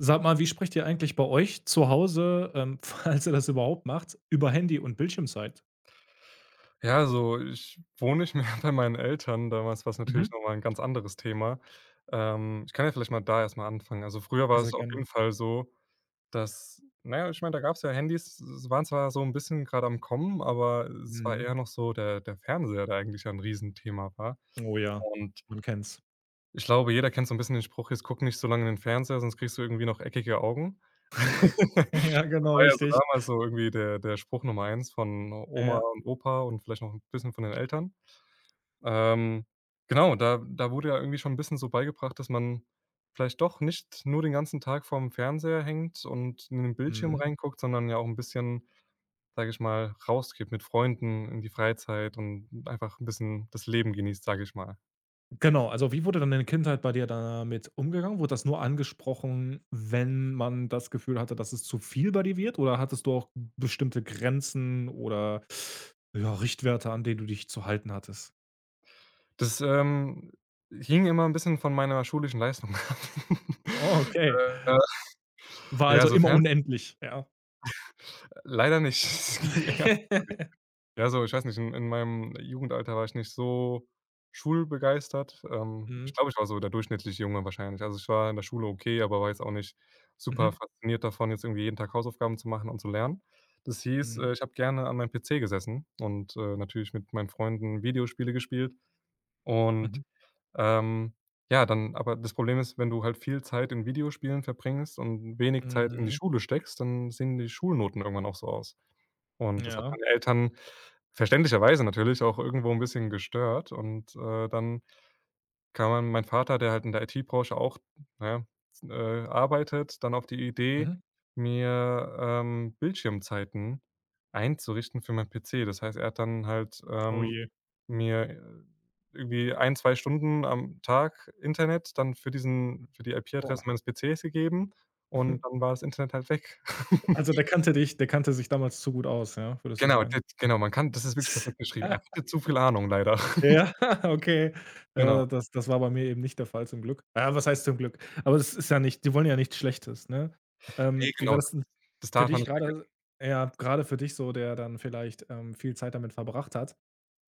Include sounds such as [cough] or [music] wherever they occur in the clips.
Sag mal, wie sprecht ihr eigentlich bei euch zu Hause, [laughs] falls ihr das überhaupt macht, über Handy und Bildschirmzeit? Ja, also ich wohne nicht mehr [laughs] bei meinen Eltern. Damals war's natürlich Mhm. noch mal 'n ganz anderes Thema. Ich kann ja vielleicht mal da erstmal anfangen. Also, früher Ja, war sehr es auf gerne. jeden Fall so, dass naja, ich meine, da gab's ja Handys, s waren zwar so ein bisschen gerade am Kommen, aber es war Mhm. eher noch so der Fernseher, der eigentlich ja 'n Riesenthema war. Oh ja, Und man kennt's. ich glaube, jeder kennt so ein bisschen den Spruch: „Jetzt guck nicht so lange in den Fernseher, sonst kriegst du irgendwie noch eckige Augen." [laughs] [laughs] Ja, War genau, ja so richtig. damals so irgendwie der Spruch Nummer eins von Oma Ja. und Opa und vielleicht noch ein bisschen von den Eltern. Ähm, genau, da wurde ja irgendwie schon ein bisschen so beigebracht, dass man vielleicht doch nicht nur den ganzen Tag vorm Fernseher hängt und in den Bildschirm Mhm. reinguckt, sondern ja auch ein bisschen, sage ich mal, rausgeht mit Freunden in die Freizeit und einfach ein bisschen das Leben genießt, sage ich mal. Genau, also wie wurde dann in der Kindheit bei dir damit umgegangen? Wurde das nur angesprochen, wenn man das Gefühl hatte, dass es zu viel bei dir wird? Oder hattest du auch bestimmte Grenzen oder ja, Richtwerte, an denen du dich zu halten hattest? Das, hing immer ein bisschen von meiner schulischen Leistung ab. Oh, [laughs] okay. War Ja, also so immer Fernsehen unendlich, ja. leider nicht. [laughs] Es ging eher [laughs] ja, so, ich weiß nicht, in meinem Jugendalter war ich nicht so schulbegeistert. Ich Mhm. glaube, ich war so der durchschnittliche Junge wahrscheinlich. Also, ich war in der Schule okay, aber war jetzt auch nicht super Mhm. fasziniert davon, jetzt irgendwie jeden Tag Hausaufgaben zu machen und zu lernen. Das hieß, Mhm. Ich habe gerne an meinem PC gesessen und, natürlich mit meinen Freunden Videospiele gespielt und, Mhm. ähm, ja, dann aber das Problem ist, wenn du halt viel Zeit in Videospielen verbringst und wenig Zeit in die Mhm. Schule steckst, dann sehen die Schulnoten irgendwann auch so aus. Und das hat Ja. meine Eltern verständlicherweise natürlich auch irgendwo 'n bisschen gestört und, dann kam dann mein Vater, der halt in der IT-Branche auch, ne, arbeitet, dann auf die Idee, Mhm. mir, Bildschirmzeiten einzurichten für meinen PC. Das heißt, er hat dann halt, Oh je. mir irgendwie 1, 2 Stunden am Tag Internet dann für die IP-Adresse Boah. meines PCs gegeben und dann [laughs] war das Internet halt weg. [laughs] Also, der kannte sich damals zu gut aus, ja, würdest du Genau, sagen? d genau, man kann, das ist wirklich perfekt beschrieben. Er Ja, hatte zu viel Ahnung leider. [laughs] ja, [laughs] okay. Genau. Ja, das war bei mir eben nicht der Fall zum Glück. Ja, was heißt zum Glück? Aber das ist ja nicht, die wollen ja nichts Schlechtes, ne? Ne, Wie war genau, das das denn das für darf man dich nicht vergessen. gerade? Ja, gerade für dich so, der dann vielleicht, viel Zeit damit verbracht hat.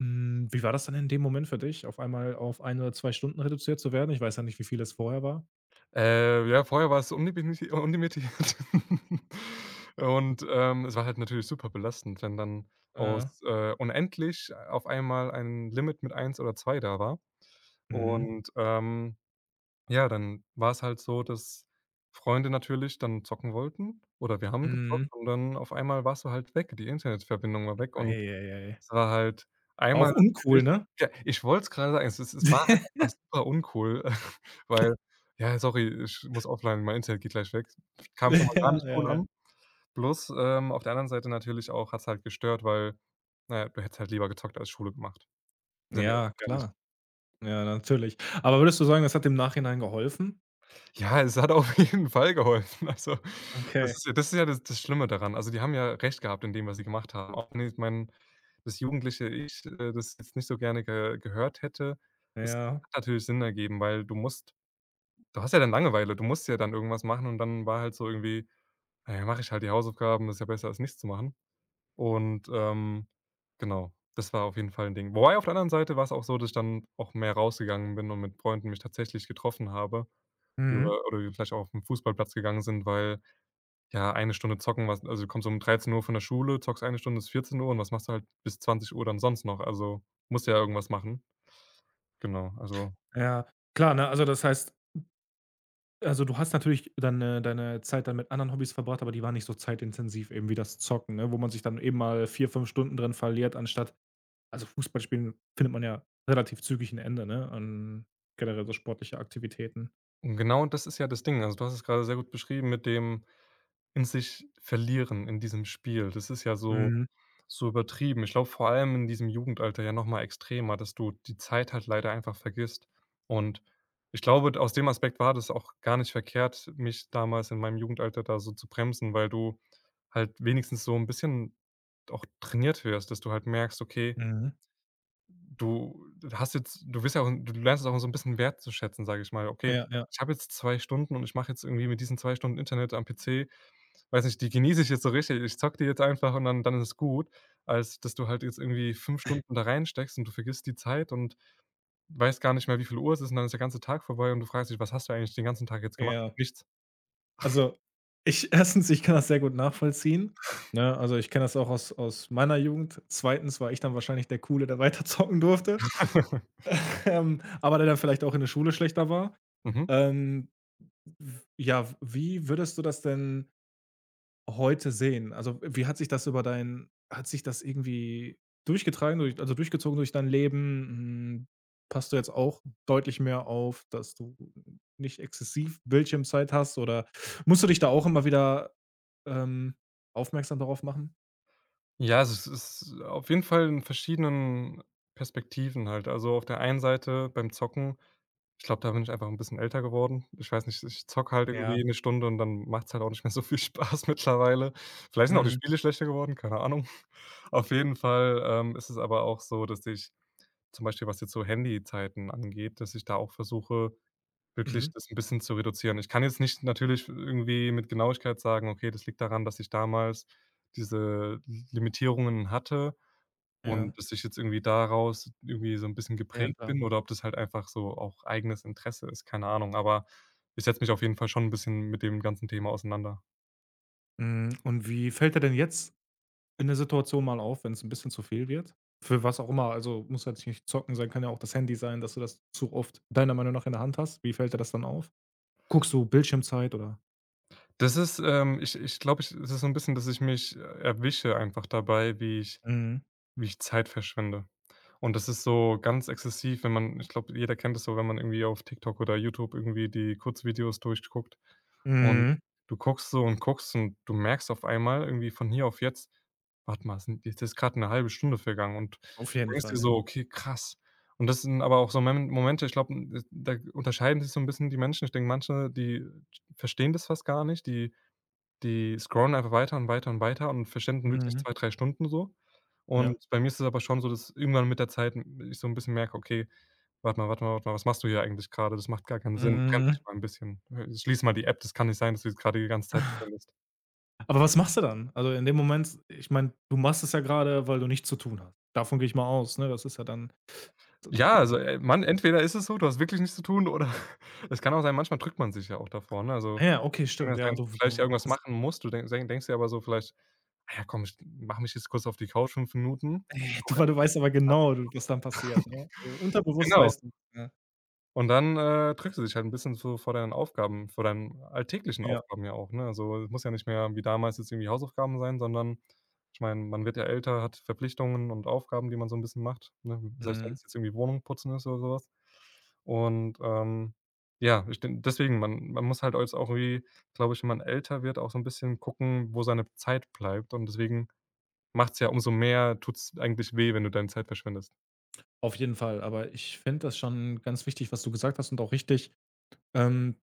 Wie war das dann in dem Moment für dich, auf einmal auf eine oder 2 Stunden reduziert zu werden? Ich weiß ja nicht, wie viel es vorher war. Ja, vorher war es unlimitiert. [laughs] Und, es war halt natürlich super belastend, wenn dann Ja. aus, unendlich auf einmal ein Limit mit 1 oder 2 da war. Mhm. Und, ja, dann war es halt so, dass Freunde natürlich dann zocken wollten oder wir haben Mhm. gezockt und dann auf einmal warst du halt weg. Die Internetverbindung war weg und Ei, ei, ei. es war halt War auch einmal uncool, natürlich ne? ja, ich wollte es grade sagen, es war halt [laughs] einfach super uncool, [laughs] weil ja, sorry, ich muss offline, mein Internet geht gleich weg. Kam schon mal gar Ja, nicht ja, cool ja. an. Plus, auf der anderen Seite natürlich auch hat's halt gestört, weil, na ja, du hättest halt lieber gezockt als Schule gemacht, sind wir Ja, ehrlich. klar. Ja, natürlich. Aber würdest du sagen, das hat im Nachhinein geholfen? Ja, es hat auf [laughs] jeden Fall geholfen. Also, das Okay. ist ja das ist ja das das Schlimme daran. Also, die haben ja recht gehabt in dem, was sie gemacht haben. Auch wenn ich mein das jugendliche Ich, das jetzt nicht so gerne ge gehört hätte. Es Ja. hat natürlich Sinn ergeben, weil du musst du hast ja dann Langeweile, du musst ja dann irgendwas machen und dann war halt so irgendwie: „Na ja, mache ich halt die Hausaufgaben, ist ja besser als nichts zu machen." Und, genau, das war auf jeden Fall 'n Ding. Wobei auf der anderen Seite war's auch so, dass ich dann auch mehr rausgegangen bin und mit Freunden mich tatsächlich getroffen habe. Ja, Mhm. oder wir vielleicht auch auf 'n Fußballplatz gegangen sind, weil, ja, eine Stunde zocken, was also, du kommst um 13 Uhr von der Schule, zockst eine Stunde bis 14 Uhr und was machst du halt bis 20 Uhr dann sonst noch? Also, musst ja irgendwas machen. Genau, also Ja. Klar, ne? Also, das heißt, also, du hast natürlich dann, deine Zeit dann mit anderen Hobbys verbracht, aber die waren nicht so zeitintensiv eben wie das Zocken, ne, wo man sich dann eben mal 4 5 Stunden drin verliert, anstatt, also, Fußball spielen findet man ja relativ zügig ein Ende, ne, an generell so sportliche Aktivitäten. und genau das ist ja das Ding. Also, du hast es gerade sehr gut beschrieben mit dem in sich verlieren in diesem Spiel. Das ist ja so Mhm. So übertrieben. Ich glaube, vor allem in diesem Jugendalter ja noch mal extremer, dass du die Zeit halt leider einfach vergisst. Und ich glaube, aus dem Aspekt war das auch gar nicht verkehrt, mich damals in meinem Jugendalter da so zu bremsen, weil du halt wenigstens so 'n bisschen auch trainiert wirst, dass du halt merkst: „Okay, Mhm. du hast jetzt du wirst ja auch du lernst es auch so 'n bisschen wertzuschätzen", sage ich mal. „Okay, Ja, ja, ich habe jetzt 2 Stunden und ich mache jetzt irgendwie mit diesen 2 Stunden Internet am PC weiß nicht, die genieße ich jetzt so richtig. Ich zocke die jetzt einfach und dann ist es gut, als dass du halt jetzt irgendwie 5 Stunden da reinsteckst und du vergisst die Zeit und weißt gar nicht mehr, wie viel Uhr es ist und dann ist der ganze Tag vorbei und du fragst dich: „Was hast du eigentlich den ganzen Tag jetzt gemacht?" ja. Nichts. Also, ich [laughs] erstens, ich kann das sehr gut nachvollziehen, ne? Also, ich kenne das auch aus meiner Jugend. Zweitens war ich dann wahrscheinlich der Coole, der [laughs] weiter zocken durfte, [laughs] [laughs] aber der dann vielleicht auch in der Schule schlechter war. Mhm. Ähm, w ja, wie würdest du das denn heute sehen? Also, wie hat sich das über dein hat sich das irgendwie durchgetragen durch, also, durchgezogen durch dein Leben? Passt du jetzt auch deutlich mehr auf, dass du nicht exzessiv Bildschirmzeit hast oder musst du dich da auch immer wieder ähm, aufmerksam darauf machen? Ja, also es ist auf jeden Fall in verschiedenen Perspektiven halt. Also, auf der einen Seite beim Zocken ich glaube, da bin ich einfach ein bisschen älter geworden. Ich weiß nicht, ich zocke halt irgendwie Ja. eine Stunde und dann macht es halt auch nicht mehr so viel [laughs] Spaß mittlerweile. Vielleicht sind auch die Mhm. Spiele schlechter geworden, keine Ahnung. [laughs] Auf jeden Fall, ist es aber auch so, dass ich zum Beispiel, was jetzt so Handyzeiten angeht, dass ich da auch versuche wirklich Mhm. das ein bisschen zu reduzieren. Ich kann jetzt nicht natürlich irgendwie mit Genauigkeit sagen: „Okay, das liegt daran, dass ich damals diese Limitierungen hatte Ja. und dass ich jetzt irgendwie daraus irgendwie so ein bisschen Ja, geprägt klar. bin" oder ob das halt einfach so auch eigenes Interesse ist, keine Ahnung. Aber ich setze mich auf jeden Fall schon ein bisschen mit dem ganzen Thema auseinander. Und wie fällt er denn jetzt in der Situation mal auf, wenn es ein bisschen zu viel wird? Für was auch immer, also muss jetzt nicht Zocken sein, kann ja auch das Handy sein, dass du das zu oft deiner Meinung nach in der Hand hast. Wie fällt dir das dann auf? Guckst du Bildschirmzeit oder? Das ist, ich glaube, ich es ist so ein bisschen, dass ich mich erwische einfach dabei, wie ich Mhm. Wie ich Zeit verschwende. Und das ist so ganz exzessiv, wenn man ich glaube, jeder kennt es so, wenn man irgendwie auf TikTok oder YouTube irgendwie die Kurzvideos durchguckt und Mhm. du guckst so und guckst und du merkst auf einmal irgendwie von hier auf jetzt: „Warte mal, sind jetzt ist gerade eine halbe Stunde vergangen." Und Auf du jeden denkst dir Fall, ja. so: „Okay, krass." Und das sind aber auch so Momente, ich glaube, hm, da unterscheiden sich so ein bisschen die Menschen. Ich denke, manche, die verstehen das fast gar nicht, die scrollen einfach weiter und weiter und weiter und verschwenden wirklich Mhm. 2, 3 Stunden so. Ja. Und bei mir ist es aber schon so, dass irgendwann mit der Zeit ich so 'n bisschen merke: „Okay, warte mal, warte mal, warte mal, was machst du hier eigentlich grade? Das macht gar keinen Sinn. Bremse Mhm. dich mal 'n bisschen. Schließ mal die App. Das kann nicht sein, dass du jetzt grade die ganze Zeit [unintelligible] scrollst." Aber was machst du dann? Also in dem Moment, ich meine, du machst es ja gerade, weil du nichts zu tun hast. Davon gehe ich mal aus, ne? Das ist ja dann... Ja, also, Mann, entweder ist es so, du hast wirklich nichts zu tun oder [laughs] es kann auch sein, manchmal drückt man sich ja auch davor, ne? Ah Also, ja, okay, kann stimmt. ja sein, Ja, dass du du vielleicht du irgendwas hast machen musst. Du denkst dir aber so vielleicht: „Ah ja, komm, ich mache mich jetzt kurz auf die Couch 5 Minuten, [laughs] ey, du gucke weil du weißt aber genau, du was dann passiert, [laughs] ne? Also, [unintelligible] unterbewusst Genau." weißt du, ja. Und dann, drückst du dich halt ein bisschen so vor deinen alltäglichen Ja. Aufgaben ja auch, ne? Also, es muss ja nicht mehr wie damals jetzt irgendwie Hausaufgaben sein, sondern ich meine, man wird ja älter, hat Verpflichtungen und Aufgaben, die man so ein bisschen macht, ne? Selbst wenn Mhm. es jetzt irgendwie Wohnung putzen ist oder sowas. Und, ja, ich den deswegen, man muss halt jetzt auch irgendwie, glaube ich, wenn man älter wird, auch so ein bisschen gucken, wo seine Zeit bleibt. Und deswegen macht's ja umso mehr tut's eigentlich weh, wenn du deine Zeit verschwendest. Auf jeden Fall, aber ich finde das schon ganz wichtig, was du gesagt hast und auch richtig, ähm,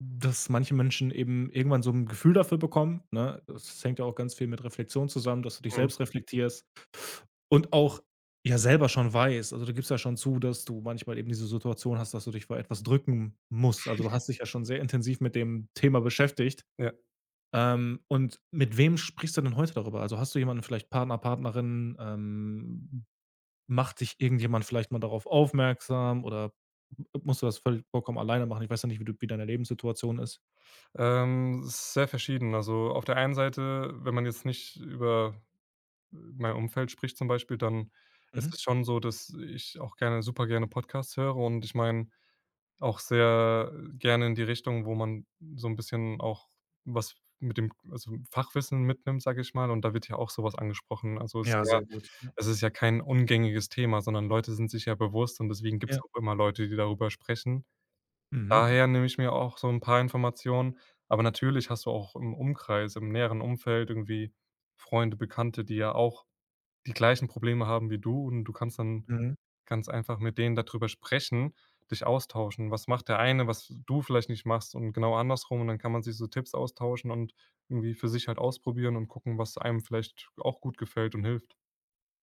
dass manche Menschen eben irgendwann so 'n Gefühl dafür bekommen, ne? Das hängt ja auch ganz viel mit Reflexion zusammen, dass du dich Mhm. selbst reflektierst und auch, ja, selber schon weißt. Also, du gibst ja schon zu, dass du manchmal eben diese Situation hast, dass du dich vor etwas drücken musst. Also, du hast dich ja schon sehr intensiv mit dem Thema beschäftigt. Ja. Und mit wem sprichst du denn heute darüber? Also, hast du jemanden, vielleicht Partner, Partnerin? Macht dich irgendjemand vielleicht mal darauf aufmerksam oder musst du das völlig vollkommen alleine machen? Ich weiß ja nicht, wie deine Lebenssituation ist. Es ist sehr verschieden. Also, auf der einen Seite, wenn man jetzt nicht über mein Umfeld spricht zum Beispiel, dann ist Mhm. es schon so, dass ich auch gerne super gerne Podcasts höre und ich meine auch sehr gerne in die Richtung, wo man so ein bisschen auch was mit dem also, Fachwissen mitnimmt, sage ich mal, und da wird ja auch sowas angesprochen. Also, Ja, sehr gut. Ja, es ist ja kein ungängiges Thema, sondern Leute sind sich ja bewusst und deswegen gibt es ja. auch immer Leute, die darüber sprechen. Mhm. Daher nehme ich mir auch so 'n paar Informationen. Aber natürlich hast du auch im Umkreis, im näheren Umfeld irgendwie Freunde, Bekannte, die ja auch die gleichen Probleme haben wie du und du kannst dann Mhm. ganz einfach mit denen da drüber sprechen, dich austauschen. Was macht der eine, was du vielleicht nicht machst, und genau andersrum, und dann kann man sich so Tipps austauschen und irgendwie für sich halt ausprobieren und gucken, was einem vielleicht auch gut gefällt und hilft.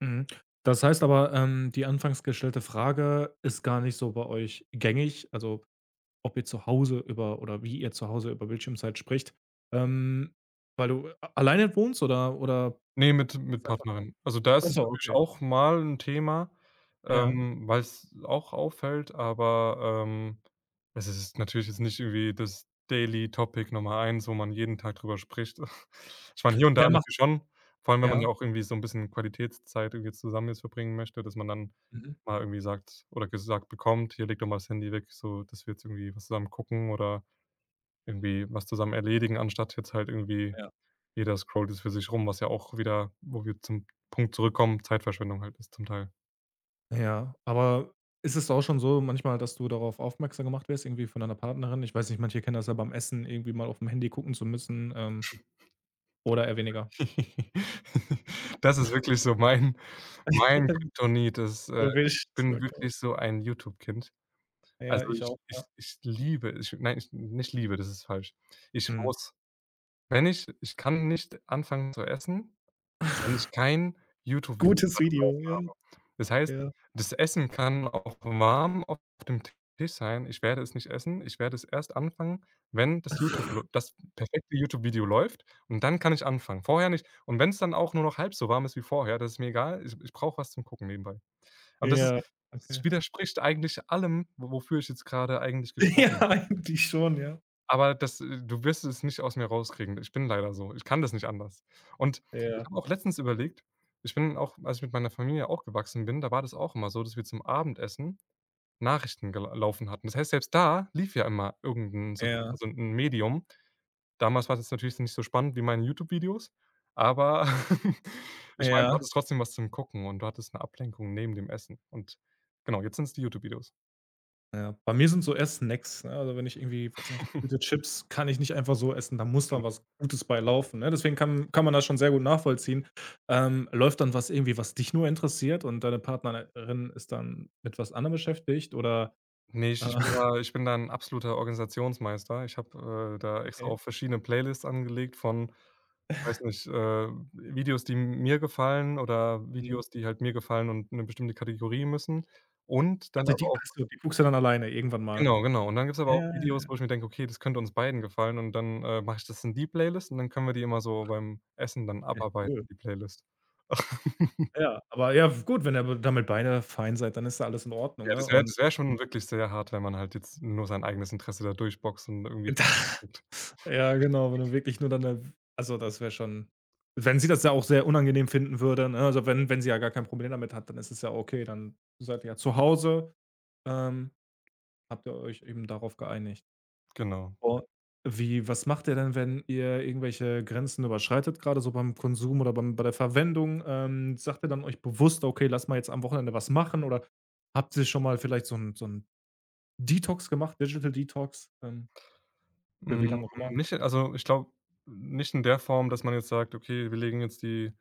Mhm. Das heißt aber, die anfangs gestellte Frage ist gar nicht so bei euch gängig, also, ob ihr zu Hause über oder wie ihr zu Hause über Bildschirmzeit spricht, ähm, weil du a alleine wohnst oder Ne, mit hast du einfach keinen... Partnerin. Also, da Ach ist es so, natürlich okay. auch mal 'n Thema, Ja. Weil's auch auffällt, aber, es ist natürlich jetzt nicht irgendwie das Daily Topic Nummer eins, wo man jeden Tag drüber spricht. [laughs] Ich meine, hier und da Wer macht natürlich schon, vor allem, wenn man ja. ja auch irgendwie so 'n bisschen Qualitätszeit irgendwie zusammen jetzt verbringen möchte, dass man dann Mhm. mal irgendwie sagt oder gesagt bekommt: „Hier, leg doch mal das Handy weg, so, dass wir jetzt irgendwie was zusammen gucken oder irgendwie was zusammen erledigen“, anstatt jetzt halt irgendwie Ja. jeder scrollt jetzt für sich rum, was ja auch wieder, wo wir zum Punkt zurückkommen, Zeitverschwendung halt ist zum Teil. Ja, aber ist es auch schon so manchmal, dass du darauf aufmerksam gemacht wirst, irgendwie von deiner Partnerin? Ich weiß nicht, manche kennen das ja beim Essen, irgendwie mal aufm Handy gucken zu müssen, oder eher weniger? [laughs] Das ist wirklich so mein [laughs] Kryptonit. Erwischt, Ich bin okay. wirklich so ein YouTube-Kind. Ja, Also, ich ich auch, ich ja. ich liebe ich nein, ich nicht liebe, das ist falsch. Ich Mhm. muss Wenn ich ich kann nicht anfangen zu essen, wenn ich kein YouTube-Video Gutes gerade Video, ja, Das heißt, ja. das Essen kann auch warm auf dem Tisch sein. Ich werde es nicht essen. Ich werde es erst anfangen, wenn das YouTube läu das perfekte YouTube-Video läuft, und dann kann ich anfangen. Vorher nicht. Und wenn's dann auch nur noch halb so warm ist wie vorher, das ist mir egal. Ich brauche was zum Gucken nebenbei. Und Ja, das okay. widerspricht eigentlich allem, wo wofür ich jetzt grade eigentlich [laughs] gesprochen Ja, habe. eigentlich schon, ja. Aber das Du wirst es nicht aus mir rauskriegen. Ich bin leider so. Ich kann das nicht anders. Und ich Ja. habe auch letztens überlegt ich bin auch, als ich mit meiner Familie auch gewachsen bin, da war das auch immer so, dass wir zum Abendessen Nachrichten gel laufen hatten. Das heißt, selbst da lief ja immer irgend 'n so Ja, so 'n Medium. Damals war das natürlich nicht so spannend wie meine YouTube-Videos, aber [laughs] ich meine, du ja. hattest trotzdem was zum Gucken und du hattest 'ne Ablenkung neben dem Essen. Und genau, jetzt sind's die YouTube-Videos. Ja, bei mir sind so eher Snacks, ne? Also, wenn ich irgendwie, weiß nicht, gute Chips kann ich nicht einfach so essen, da muss dann was Gutes bei laufen, ne? Deswegen kann man das schon sehr gut nachvollziehen. Läuft dann was irgendwie, was dich nur interessiert und deine Partnerin ist dann mit was anderem beschäftigt oder, Ne, äh [laughs] ich bin da 'n absoluter Organisationsmeister. Ich habe, da extra okay, auch verschiedene Playlists angelegt von, weiß nicht, Videos, die mir gefallen, oder mhm. Videos, die halt mir gefallen und 'ne bestimmte Kategorie müssen. Und dann Also, aber die auch ach so, die guckst du dann alleine irgendwann mal. genau, genau. Und dann gibt's aber Ja, auch Videos, ja, wo ich mir denke: „Okay, das könnte uns beiden gefallen“, und dann, mache ich das in die Playlist, und dann können wir die immer so beim Essen dann ja, abarbeiten, cool. die Playlist. [laughs] Ja, aber ja, gut, wenn ihr b damit beide fein seid, dann ist da alles in Ordnung, Ja, ne? Und, das wäre schon wirklich sehr hart, wenn man halt jetzt nur sein eigenes Interesse da durchboxt und irgendwie [laughs] [unintelligible] ja, genau, wenn du wirklich nur dann, also, das wäre schon, wenn sie das ja auch sehr unangenehm finden würde, ne? Also, wenn sie ja gar kein Problem damit hat, dann ist es ja okay, dann seid ihr ja zu Hause, ähm, habt ihr euch eben darauf geeinigt. Genau. Und wie was macht ihr denn, wenn ihr irgendwelche Grenzen überschreitet, gerade so beim Konsum oder bei der Verwendung? Sagt ihr dann euch bewusst: „Okay, lass mal jetzt am Wochenende was machen“ oder habt ihr schon mal vielleicht so ein Detox gemacht, Digital Detox, für wie Hm, lange auch immer? Nicht also, ich glaube, nicht in der Form, dass man jetzt sagt: „Okay, wir legen jetzt die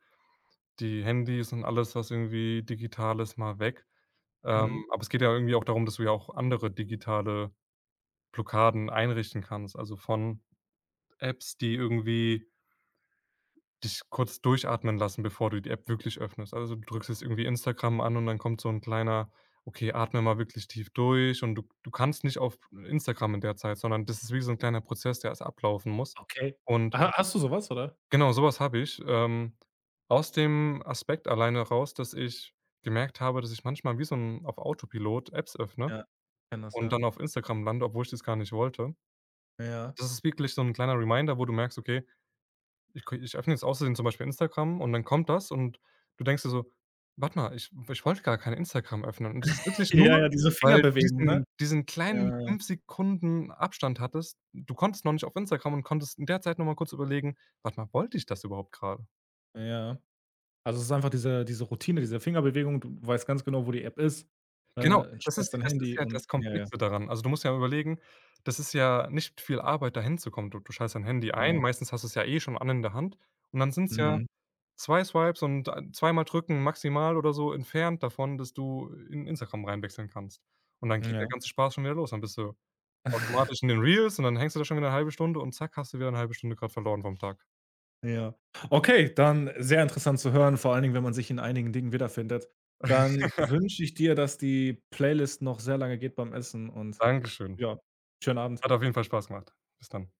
die Handys und alles, was irgendwie digital ist, mal weg.“ Mhm. Aber es geht ja irgendwie auch darum, dass du ja auch andere digitale Blockaden einrichten kannst, also von Apps, die irgendwie dich kurz durchatmen lassen, bevor du die App wirklich öffnest. Also, du drückst jetzt irgendwie Instagram an und dann kommt so ein kleiner: „Okay, atme mal wirklich tief durch“, und du kannst nicht auf Instagram in der Zeit, sondern das ist wie so ein kleiner Prozess, der erst ablaufen muss. Okay. Und Ha hast du sowas oder? genau, sowas habe ich, aus dem Aspekt alleine raus, dass ich gemerkt habe, dass ich manchmal wie so ein auf Autopilot Apps öffne Ja, kenne das, und ja. dann auf Instagram lande, obwohl ich das gar nicht wollte. Ja. Das ist wirklich so ein kleiner Reminder, wo du merkst: „Okay, ich öffne jetzt aus zum Beispiel Instagram und dann kommt das“, und du denkst dir so: „Warte mal, ich wollte gar kein Instagram öffnen.“ Und das ist wirklich Ja, nur, ja, diese weil du Fingerbewegung, ne? diesen kleinen Ja, ja, 5 Sekunden Abstand hattest. Du konntest noch nicht auf Instagram und konntest in der Zeit noch mal kurz überlegen: „Warte mal, wollte ich das überhaupt gerade? ja, ja. Also, es ist einfach diese Routine, diese Fingerbewegung. Du weißt ganz genau, wo die App ist, Genau, sperrst dein das ist Handy ja und das ja, ja, Komplexe daran. Also, du musst ja überlegen, das ist ja nicht viel Arbeit, da hinzukommen. Du schaltest dein Handy ein, genau. meistens hast du es ja eh schon an in der Hand, und dann sind es ja Mhm. 2 Swipes und ein zweimal drücken maximal oder so entfernt davon, dass du in Instagram reinwechseln kannst. Und dann geht der Ja. ganze Spaß schon wieder los. Dann bist du [laughs] automatisch in den Reels und dann hängst du da schon wieder 'ne halbe Stunde und zack, hast du wieder 'ne halbe Stunde grad verloren vom Tag. Ja. Okay, dann sehr interessant zu hören, vor allen Dingen, wenn man sich in einigen Dingen wiederfindet. Dann wünsche ich dir, dass die Playlist noch sehr lange geht beim Essen und Dankeschön. ja, schönen Abend. Hat auf jeden Fall Spaß gemacht. Bis dann.